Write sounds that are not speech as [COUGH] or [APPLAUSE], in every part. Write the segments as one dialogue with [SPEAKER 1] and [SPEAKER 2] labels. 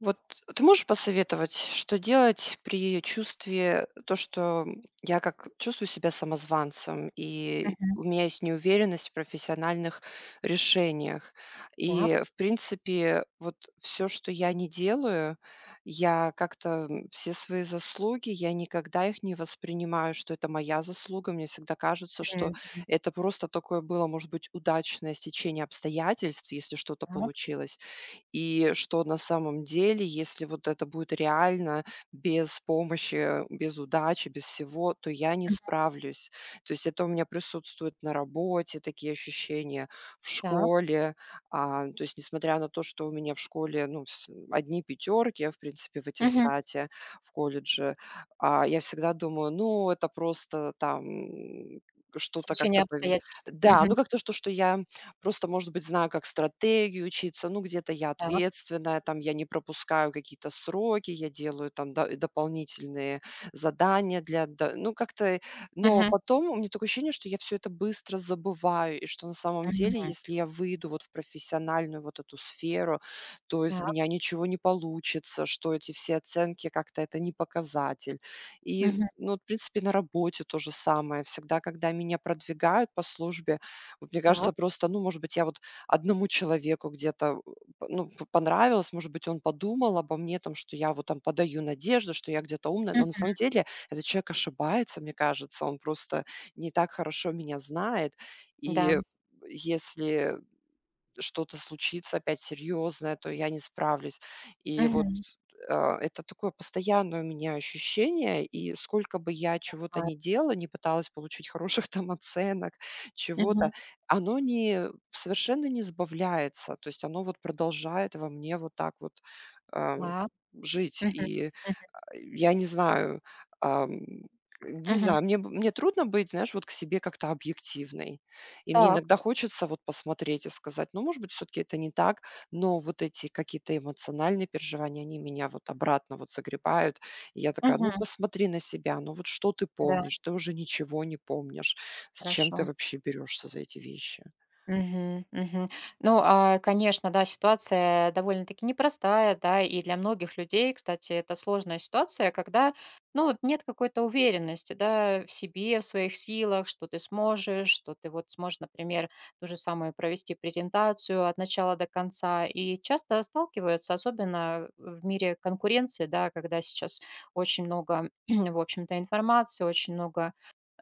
[SPEAKER 1] Вот ты можешь посоветовать, что делать при чувстве, то, что я как чувствую себя самозванцем, и
[SPEAKER 2] Мгм.
[SPEAKER 1] у меня есть неуверенность в профессиональных решениях.
[SPEAKER 2] Так.
[SPEAKER 1] И, в принципе, вот все, что я не делаю, я как-то все свои заслуги, я никогда их не воспринимаю, что это моя заслуга. Мне всегда кажется, что
[SPEAKER 2] м,
[SPEAKER 1] это просто такое было, может быть, удачное стечение обстоятельств, если что-то
[SPEAKER 2] так.
[SPEAKER 1] получилось. И что на самом деле, если вот это будет реально, без помощи, без удачи, без всего, то я не
[SPEAKER 2] Мгм.
[SPEAKER 1] справлюсь. То есть это у меня присутствует на работе, такие ощущения, в
[SPEAKER 2] Так.
[SPEAKER 1] школе. А, то есть несмотря на то, что у меня в школе, ну, вс одни пятерки, в принципе, в
[SPEAKER 2] Мгм.
[SPEAKER 1] аттестате, в колледже, а, я всегда думаю: "Ну, это просто там, что-то как-то
[SPEAKER 2] Течение
[SPEAKER 1] пове".
[SPEAKER 2] обстоятельств.
[SPEAKER 1] Да,
[SPEAKER 2] Мгм.
[SPEAKER 1] ну, как-то что я просто, может быть, знаю, как стратегию учиться. Ну, где-то я
[SPEAKER 2] Так.
[SPEAKER 1] ответственная, там я не пропускаю какие-то сроки, я делаю там дополнительные задания для... до- Ну, как-то... Но
[SPEAKER 2] Мгм.
[SPEAKER 1] потом у меня такое ощущение, что я все это быстро забываю, и что на самом деле,
[SPEAKER 2] Мгм.
[SPEAKER 1] если я выйду вот в профессиональную вот эту сферу, то из
[SPEAKER 2] Так.
[SPEAKER 1] меня ничего не получится, что эти все оценки как-то это не показатель. И,
[SPEAKER 2] Мгм.
[SPEAKER 1] ну, в принципе, на работе то же самое. Всегда, когда меня продвигают по службе, вот мне кажется,
[SPEAKER 2] Так.
[SPEAKER 1] просто, ну, может быть, я вот одному человеку где-то, у, п ну, п понравилась, может быть, он подумал обо мне, там, что я вот там подаю надежду, что я где-то умная, но на
[SPEAKER 2] Мгм.
[SPEAKER 1] самом деле этот человек ошибается, мне кажется. Он просто не так хорошо меня знает.
[SPEAKER 2] Да.
[SPEAKER 1] И если что-то случится опять серьезное, то я не справлюсь. И вот,
[SPEAKER 2] Мгм.
[SPEAKER 1] а, это такое постоянное у меня ощущение, и сколько бы я чего-то
[SPEAKER 2] Понимаю.
[SPEAKER 1] не делала, не пыталась получить хороших [LAUGHS] там оценок, чего-то,
[SPEAKER 2] Мгм.
[SPEAKER 1] оно не совершенно не сбавляется. То есть оно вот продолжает во мне вот так вот, ам,
[SPEAKER 2] Так.
[SPEAKER 1] жить.
[SPEAKER 2] Мгм.
[SPEAKER 1] И
[SPEAKER 2] Мгм.
[SPEAKER 1] я не знаю, ам, не
[SPEAKER 2] Мгм.
[SPEAKER 1] знаю, мне трудно быть, знаешь, вот к себе как-то объективной. И мне
[SPEAKER 2] Так.
[SPEAKER 1] иногда хочется вот посмотреть и сказать: "Ну, может быть, все таки это не так". Но вот эти какие-то эмоциональные переживания, они меня вот обратно вот загребают. И я такая: "Ну,
[SPEAKER 2] Мгм.
[SPEAKER 1] посмотри на себя, ну вот что ты
[SPEAKER 2] Да.
[SPEAKER 1] помнишь? Ты уже ничего не помнишь. Зачем ты
[SPEAKER 2] Хорошо.
[SPEAKER 1] вообще берешься за эти вещи?"
[SPEAKER 2] Мгм, мгм. Ну, конечно, да, ситуация довольно-таки непростая, да, и для многих людей, кстати, это сложная ситуация, когда, ну, вот нет какой-то уверенности, да, в себе, в своих силах, что ты сможешь, что ты вот сможешь, например, ту же самую провести презентацию от начала до конца. И часто сталкиваются, особенно в мире конкуренции, да, когда сейчас очень много, [CLEARS THROAT] в общем-то, информации, очень много,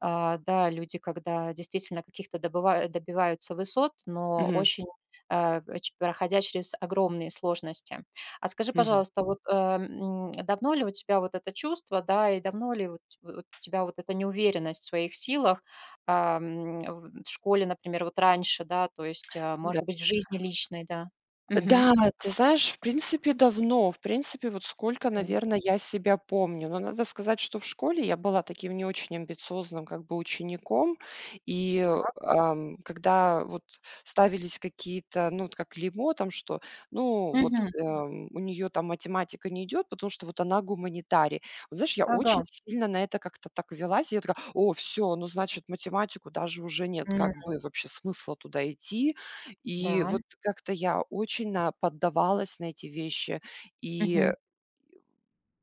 [SPEAKER 2] да, люди, когда действительно каких-то добыва добиваются высот, но
[SPEAKER 1] Мгм,
[SPEAKER 2] очень, э, ч проходя через огромные сложности. А скажи,
[SPEAKER 1] мгм.
[SPEAKER 2] пожалуйста, вот, давно ли у тебя вот это чувство, да, и давно ли вот у тебя вот эта неуверенность в своих силах, в школе, например, вот раньше, да, то есть,
[SPEAKER 1] Да.
[SPEAKER 2] может быть, в жизни личной, да? Мгм.
[SPEAKER 1] Да, ты знаешь, в принципе, давно. В принципе, вот сколько,
[SPEAKER 2] М,
[SPEAKER 1] наверное, я себя помню. Но надо сказать, что в школе я была таким не очень амбициозным как бы учеником. И
[SPEAKER 2] так.
[SPEAKER 1] когда вот ставились какие-то, ну, вот как лимо там, что, ну, вот
[SPEAKER 2] Мгм.
[SPEAKER 1] эм, у нее там математика не идет, потому что вот она гуманитарий. Вот знаешь, я
[SPEAKER 2] Ага.
[SPEAKER 1] очень сильно на это как-то так велась. И я такая, о, все, ну, значит, математику даже уже нет
[SPEAKER 2] М,
[SPEAKER 1] как бы вообще смысла туда идти, и
[SPEAKER 2] да.
[SPEAKER 1] вот как-то я очень на поддавалась на эти вещи. И
[SPEAKER 2] Мгм.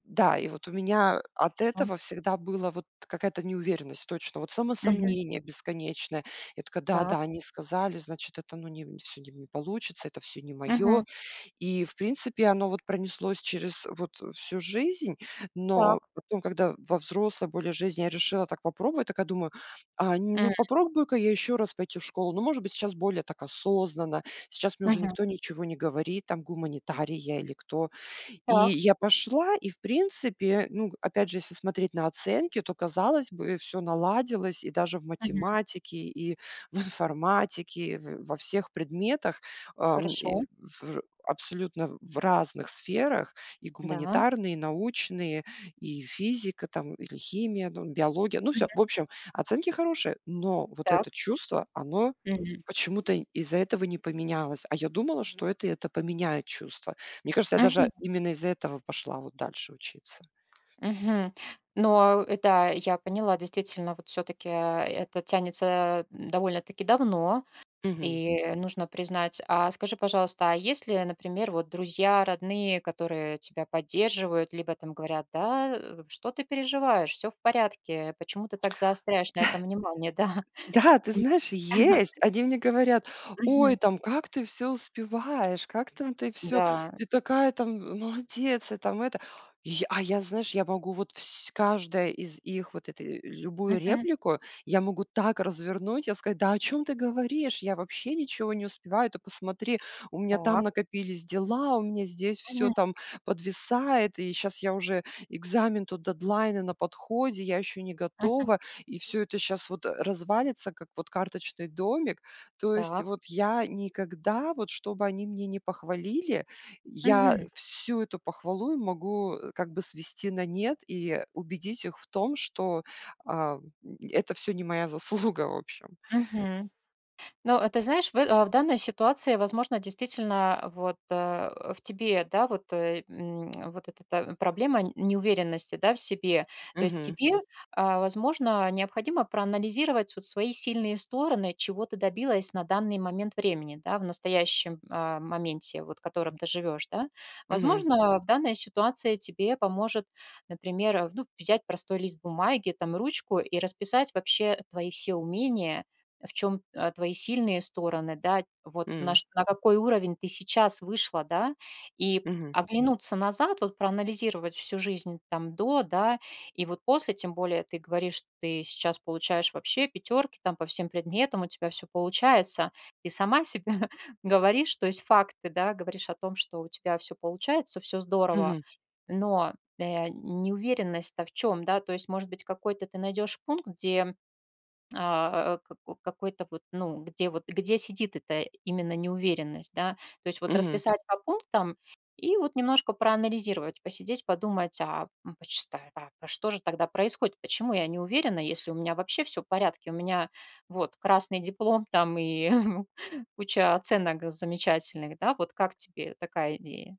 [SPEAKER 1] да, и вот у меня от
[SPEAKER 2] Хорошо.
[SPEAKER 1] этого всегда была вот какая-то неуверенность точно, вот
[SPEAKER 2] Мгм.
[SPEAKER 1] самосомнение бесконечное. Я такая:
[SPEAKER 2] Так.
[SPEAKER 1] "Да-да, они сказали, значит, это, ну, не все не получится, это все не
[SPEAKER 2] Мгм.
[SPEAKER 1] мое". И, в принципе, оно вот пронеслось через вот всю жизнь. Но
[SPEAKER 2] Так.
[SPEAKER 1] потом, когда во взрослой более жизни я решила так попробовать, такая думаю: "А, ну,
[SPEAKER 2] М.
[SPEAKER 1] попробую-ка я еще раз пойти в школу". Ну, может быть, сейчас более так осознанно. Сейчас мне уже
[SPEAKER 2] Мгм.
[SPEAKER 1] никто ничего не говорит, там, гуманитарий я или кто. И
[SPEAKER 2] Так.
[SPEAKER 1] я пошла, и в принципе, ну, опять же, если смотреть на оценки, то, казалось бы, все наладилось и даже в
[SPEAKER 2] Мгм.
[SPEAKER 1] математике, и [LAUGHS] в информатике, и в во всех предметах,
[SPEAKER 2] Хорошо.
[SPEAKER 1] и в абсолютно в разных сферах: и
[SPEAKER 2] Да.
[SPEAKER 1] гуманитарные, и научные, и физика там, или химия, ну, биология. Ну, все,
[SPEAKER 2] Мгм.
[SPEAKER 1] в общем, оценки хорошие, но вот
[SPEAKER 2] Так.
[SPEAKER 1] это чувство, оно
[SPEAKER 2] Мгм.
[SPEAKER 1] почему-то из-за этого не поменялось. А я думала, что это поменяет чувство. Мне кажется, я
[SPEAKER 2] Мгм.
[SPEAKER 1] даже именно из-за этого пошла вот дальше учиться.
[SPEAKER 2] Мгм. Но, да, я поняла, действительно, вот все таки это тянется, довольно-таки давно,
[SPEAKER 1] Мгм.
[SPEAKER 2] и нужно признать. А скажи, пожалуйста, а если, например, вот друзья, родные, которые тебя поддерживают, либо там говорят: "Да, что ты переживаешь? Все в порядке. Почему ты так заостряешь на этом внимание?" Да.
[SPEAKER 1] Да, ты знаешь, есть.
[SPEAKER 2] [LAUGHS] Да.
[SPEAKER 1] Они мне говорят: "Ой,
[SPEAKER 2] Мгм.
[SPEAKER 1] там, как ты все успеваешь, как там ты все?
[SPEAKER 2] Да.
[SPEAKER 1] Ты такая там молодец", и там это. Я, знаешь, я могу вот вс каждая из их вот этой любую
[SPEAKER 2] Мгм.
[SPEAKER 1] реплику, я могу так развернуть, я сказать: "Да о чем ты говоришь? Я вообще ничего не успеваю. Ты посмотри, у меня там
[SPEAKER 2] Так.
[SPEAKER 1] накопились дела, у меня здесь все
[SPEAKER 2] Мгм.
[SPEAKER 1] там подвисает, и сейчас я уже экзамен, тут дедлайны на подходе, я еще не
[SPEAKER 2] Мгм.
[SPEAKER 1] готова", и все это сейчас вот развалится, как вот карточный домик. То есть
[SPEAKER 2] Так.
[SPEAKER 1] вот я никогда, вот чтобы они мне не похвалили, я
[SPEAKER 2] Мгм.
[SPEAKER 1] всю эту похвалу им могу, как бы свести на нет и убедить их в том, что, а, м, это все не моя заслуга, в общем.
[SPEAKER 2] Мгм. Но, ты знаешь, в данной ситуации, возможно, действительно вот, в тебе, да, вот, вот эта проблема неуверенности, да, в себе. То есть
[SPEAKER 1] Мгм.
[SPEAKER 2] тебе, возможно, необходимо проанализировать вот свои сильные стороны, чего ты добилась на данный момент времени, да, в настоящем, моменте, вот, в котором ты живешь, да.
[SPEAKER 1] Мгм.
[SPEAKER 2] Возможно, в данной ситуации тебе поможет, например, ну, взять простой лист бумаги, там, ручку и расписать вообще твои все умения, в чем, твои сильные стороны, да, вот на
[SPEAKER 1] М.
[SPEAKER 2] ш на какой уровень ты сейчас вышла, да, и
[SPEAKER 1] Мгм.
[SPEAKER 2] оглянуться назад, вот проанализировать всю жизнь там до, да, и вот после, тем более ты говоришь, что ты сейчас получаешь вообще пятерки там по всем предметам, у тебя все получается. Ты сама себе [LAUGHS] говоришь, то есть факты, да, говоришь о том, что у тебя все получается, все здорово,
[SPEAKER 1] Мгм.
[SPEAKER 2] но, неуверенность-то в чем, да? То есть, может быть, какой-то ты найдешь пункт, где, какой-то вот, ну, где вот где сидит эта именно неуверенность, да. То есть вот
[SPEAKER 1] Мгм.
[SPEAKER 2] расписать по пунктам и вот немножко проанализировать, посидеть, подумать, почитай, а что же тогда происходит, почему я не уверена, если у меня вообще все в порядке, у меня вот красный диплом там и [LAUGHS] куча оценок замечательных, да. Вот как тебе такая идея?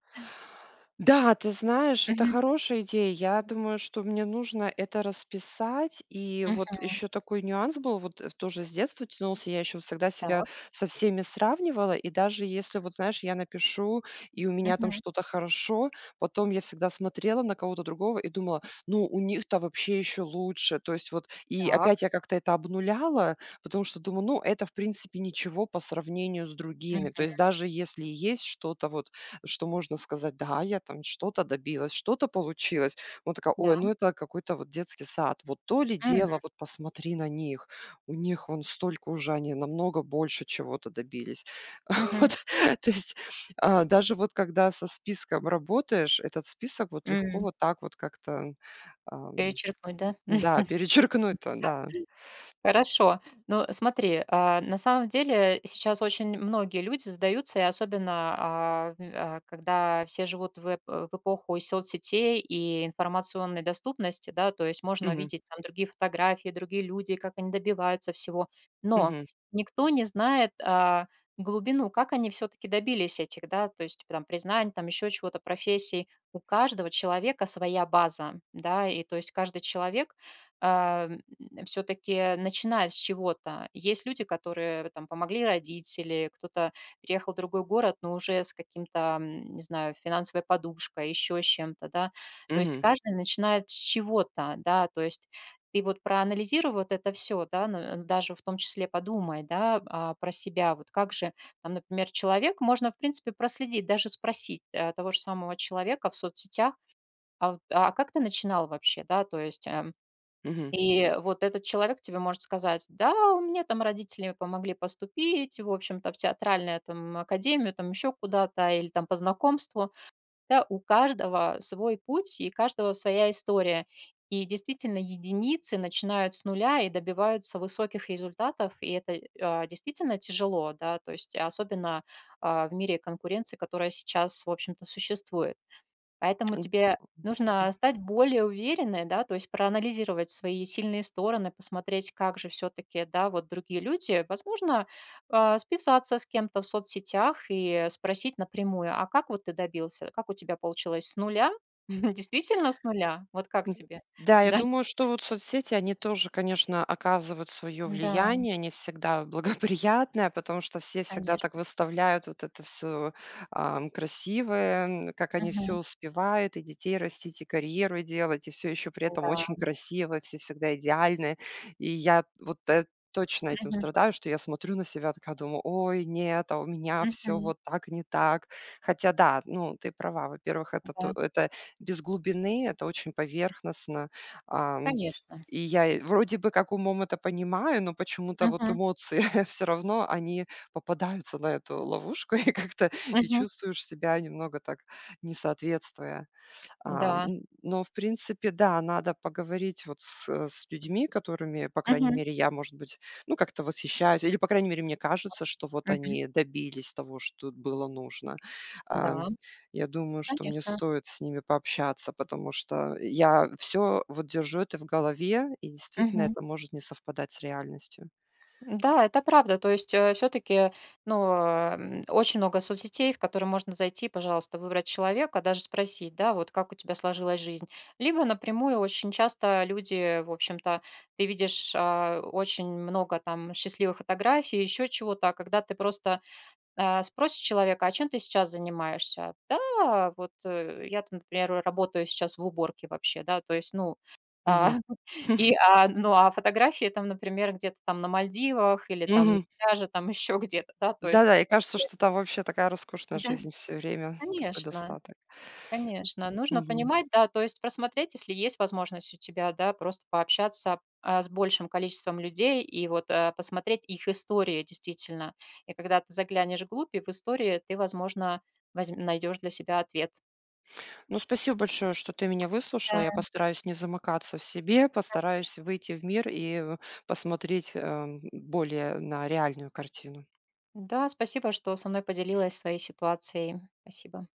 [SPEAKER 1] Да, ты знаешь, это
[SPEAKER 2] Мгм,
[SPEAKER 1] хорошая идея. Я думаю, что мне нужно это расписать. И
[SPEAKER 2] мгм.
[SPEAKER 1] вот еще такой нюанс был, тоже с детства тянулся, я еще всегда себя
[SPEAKER 2] Так,
[SPEAKER 1] со всеми сравнивала. И даже если, вот знаешь, я напишу, и у меня там
[SPEAKER 2] мгм,
[SPEAKER 1] что-то хорошо, потом я всегда смотрела на кого-то другого и думала, ну, у них-то вообще еще лучше. То есть вот, и
[SPEAKER 2] так,
[SPEAKER 1] опять я как-то это обнуляла, потому что думаю, ну, это, в принципе, ничего по сравнению с другими. То
[SPEAKER 2] мгм,
[SPEAKER 1] есть даже если и есть что-то вот что можно сказать: "Да, я там что-то добилась, что-то получилось". Вот такая:
[SPEAKER 2] да,
[SPEAKER 1] "Ой, ну это какой-то вот детский сад". Вот то ли
[SPEAKER 2] м,
[SPEAKER 1] дело, вот посмотри на них. У них вон столько уже, они намного больше чего-то добились. [LAUGHS]
[SPEAKER 2] мгм,
[SPEAKER 1] Вот, то есть, даже вот когда со списком работаешь, этот список вот легко
[SPEAKER 2] м.
[SPEAKER 1] вот так вот как-то, ам,
[SPEAKER 2] Перечеркнуть, да?
[SPEAKER 1] да,
[SPEAKER 2] [LAUGHS]
[SPEAKER 1] перечеркнуть-то, да.
[SPEAKER 2] Хорошо. Ну, смотри, на самом деле сейчас очень многие люди задаются, и особенно, когда все живут в эпоху и соцсетей и информационной доступности, да, то есть можно
[SPEAKER 1] Мгм,
[SPEAKER 2] видеть там другие фотографии, другие люди, как они добиваются всего, но
[SPEAKER 1] мгм,
[SPEAKER 2] никто не знает, глубину, как они все-таки добились этих, да, то есть там признаний, там еще чего-то, профессий. У каждого человека своя база, да, и то есть каждый человек, а, все-таки начинать с чего-то. Есть люди, которые там помогли родители, кто-то переехал в другой город, но уже с каким-то, не знаю, финансовой подушкой, еще с чем-то, да. То есть
[SPEAKER 1] мгм,
[SPEAKER 2] каждый начинает с чего-то, да, то есть ты вот проанализируй вот это все, да, ну, даже в том числе подумай, да, про себя, вот как же, там, например, человек, можно, в принципе, проследить, даже спросить, того же самого человека в соцсетях, вот, а как ты начинал вообще, да, то есть,
[SPEAKER 1] мгм.
[SPEAKER 2] и вот этот человек тебе может сказать: "Да, у меня там родители помогли поступить, в общем-то, в театральную там академию, там еще куда-то или там по знакомству". Да, у каждого свой путь и каждого своя история. И действительно, единицы начинают с нуля и добиваются высоких результатов, и это, действительно тяжело, да, то есть особенно, в мире конкуренции, которая сейчас, в общем-то, существует. Поэтому тебе нужно стать более уверенной, да, то есть проанализировать свои сильные стороны, посмотреть, как же все-таки, да, вот другие люди, возможно, списаться с кем-то в соцсетях и спросить напрямую, а как вот ты добился, как у тебя получилось с нуля, [LAUGHS] действительно с нуля, вот как
[SPEAKER 1] М,
[SPEAKER 2] тебе,
[SPEAKER 1] да,
[SPEAKER 2] [LAUGHS]
[SPEAKER 1] я
[SPEAKER 2] да?
[SPEAKER 1] думаю, что вот соцсети, они тоже, конечно, оказывают свое
[SPEAKER 2] Да,
[SPEAKER 1] влияние, не всегда [LAUGHS] благоприятное, потому что все всегда
[SPEAKER 2] конечно.
[SPEAKER 1] так выставляют вот это все красивое, как они все
[SPEAKER 2] Мгм.
[SPEAKER 1] успевают, и детей растить, и карьеру делать, и все еще при этом
[SPEAKER 2] Да.
[SPEAKER 1] очень красиво, все всегда идеальны. И я вот э- точно этим
[SPEAKER 2] Мгм.
[SPEAKER 1] страдаю, что я смотрю на себя, такая думаю, ой, нет, а у меня все
[SPEAKER 2] Мгм.
[SPEAKER 1] вот так не так. Хотя да, ну, ты права, во-первых, это, то-
[SPEAKER 2] Да,
[SPEAKER 1] это без глубины, это очень поверхностно. Ам,
[SPEAKER 2] конечно.
[SPEAKER 1] и я и вроде бы как умом это понимаю, но почему-то вот
[SPEAKER 2] Мгм.
[SPEAKER 1] эмоции [LAUGHS] все равно, они попадаются на эту ловушку [LAUGHS] и как-то и
[SPEAKER 2] Мгм.
[SPEAKER 1] чувствуешь себя немного так, не соответствуя. А,
[SPEAKER 2] Да.
[SPEAKER 1] н но, в принципе, да, надо поговорить вот с людьми, которыми, по крайней
[SPEAKER 2] Мгм.
[SPEAKER 1] мере, я, может быть, ну, как-то восхищаюсь или, по крайней мере, мне кажется, что вот они добились того, что было нужно.
[SPEAKER 2] Мгм.
[SPEAKER 1] А,
[SPEAKER 2] Да,
[SPEAKER 1] я думаю, что мне
[SPEAKER 2] конечно.
[SPEAKER 1] стоит с ними пообщаться, потому что я все вот держу это в голове, и действительно
[SPEAKER 2] Мгм.
[SPEAKER 1] это может не совпадать с реальностью.
[SPEAKER 2] Да, это правда. То есть, все-таки, ну, очень много соцсетей, в которые можно зайти, пожалуйста, выбрать человека, даже спросить, да, вот как у тебя сложилась жизнь. Либо напрямую очень часто люди, в общем-то, ты видишь, очень много там счастливых фотографий, еще чего-то, а когда ты просто спросит человека: "А чем ты сейчас занимаешься?" "Да, вот, я там, например, работаю сейчас в уборке вообще", да, то есть, ну, а,
[SPEAKER 1] Мгм.
[SPEAKER 2] [LAUGHS] и,
[SPEAKER 1] [LAUGHS]
[SPEAKER 2] ну, а фотографии там, например, где-то там на Мальдивах или там на
[SPEAKER 1] Мгм.
[SPEAKER 2] пляже, там [LAUGHS] еще где-то, да, то есть.
[SPEAKER 1] Да-да, и кажется, что там
[SPEAKER 2] [LAUGHS]
[SPEAKER 1] вообще такая роскошная
[SPEAKER 2] Да,
[SPEAKER 1] жизнь все время, такой
[SPEAKER 2] конечно.
[SPEAKER 1] достаток.
[SPEAKER 2] Конечно, нужно
[SPEAKER 1] Мгм.
[SPEAKER 2] понимать, да, то есть просмотреть, если есть возможность у тебя, да, просто пообщаться, с большим количеством людей и вот, посмотреть их истории действительно. И когда ты заглянешь вглубь, и в истории ты, возможно, возьм найдешь для себя ответ.
[SPEAKER 1] Ну, спасибо большое, что ты меня выслушала. Я
[SPEAKER 2] Да,
[SPEAKER 1] постараюсь не замыкаться в себе, постараюсь
[SPEAKER 2] конечно.
[SPEAKER 1] выйти в мир и посмотреть более на реальную картину.
[SPEAKER 2] Да, спасибо, что со мной поделилась своей ситуацией. Спасибо.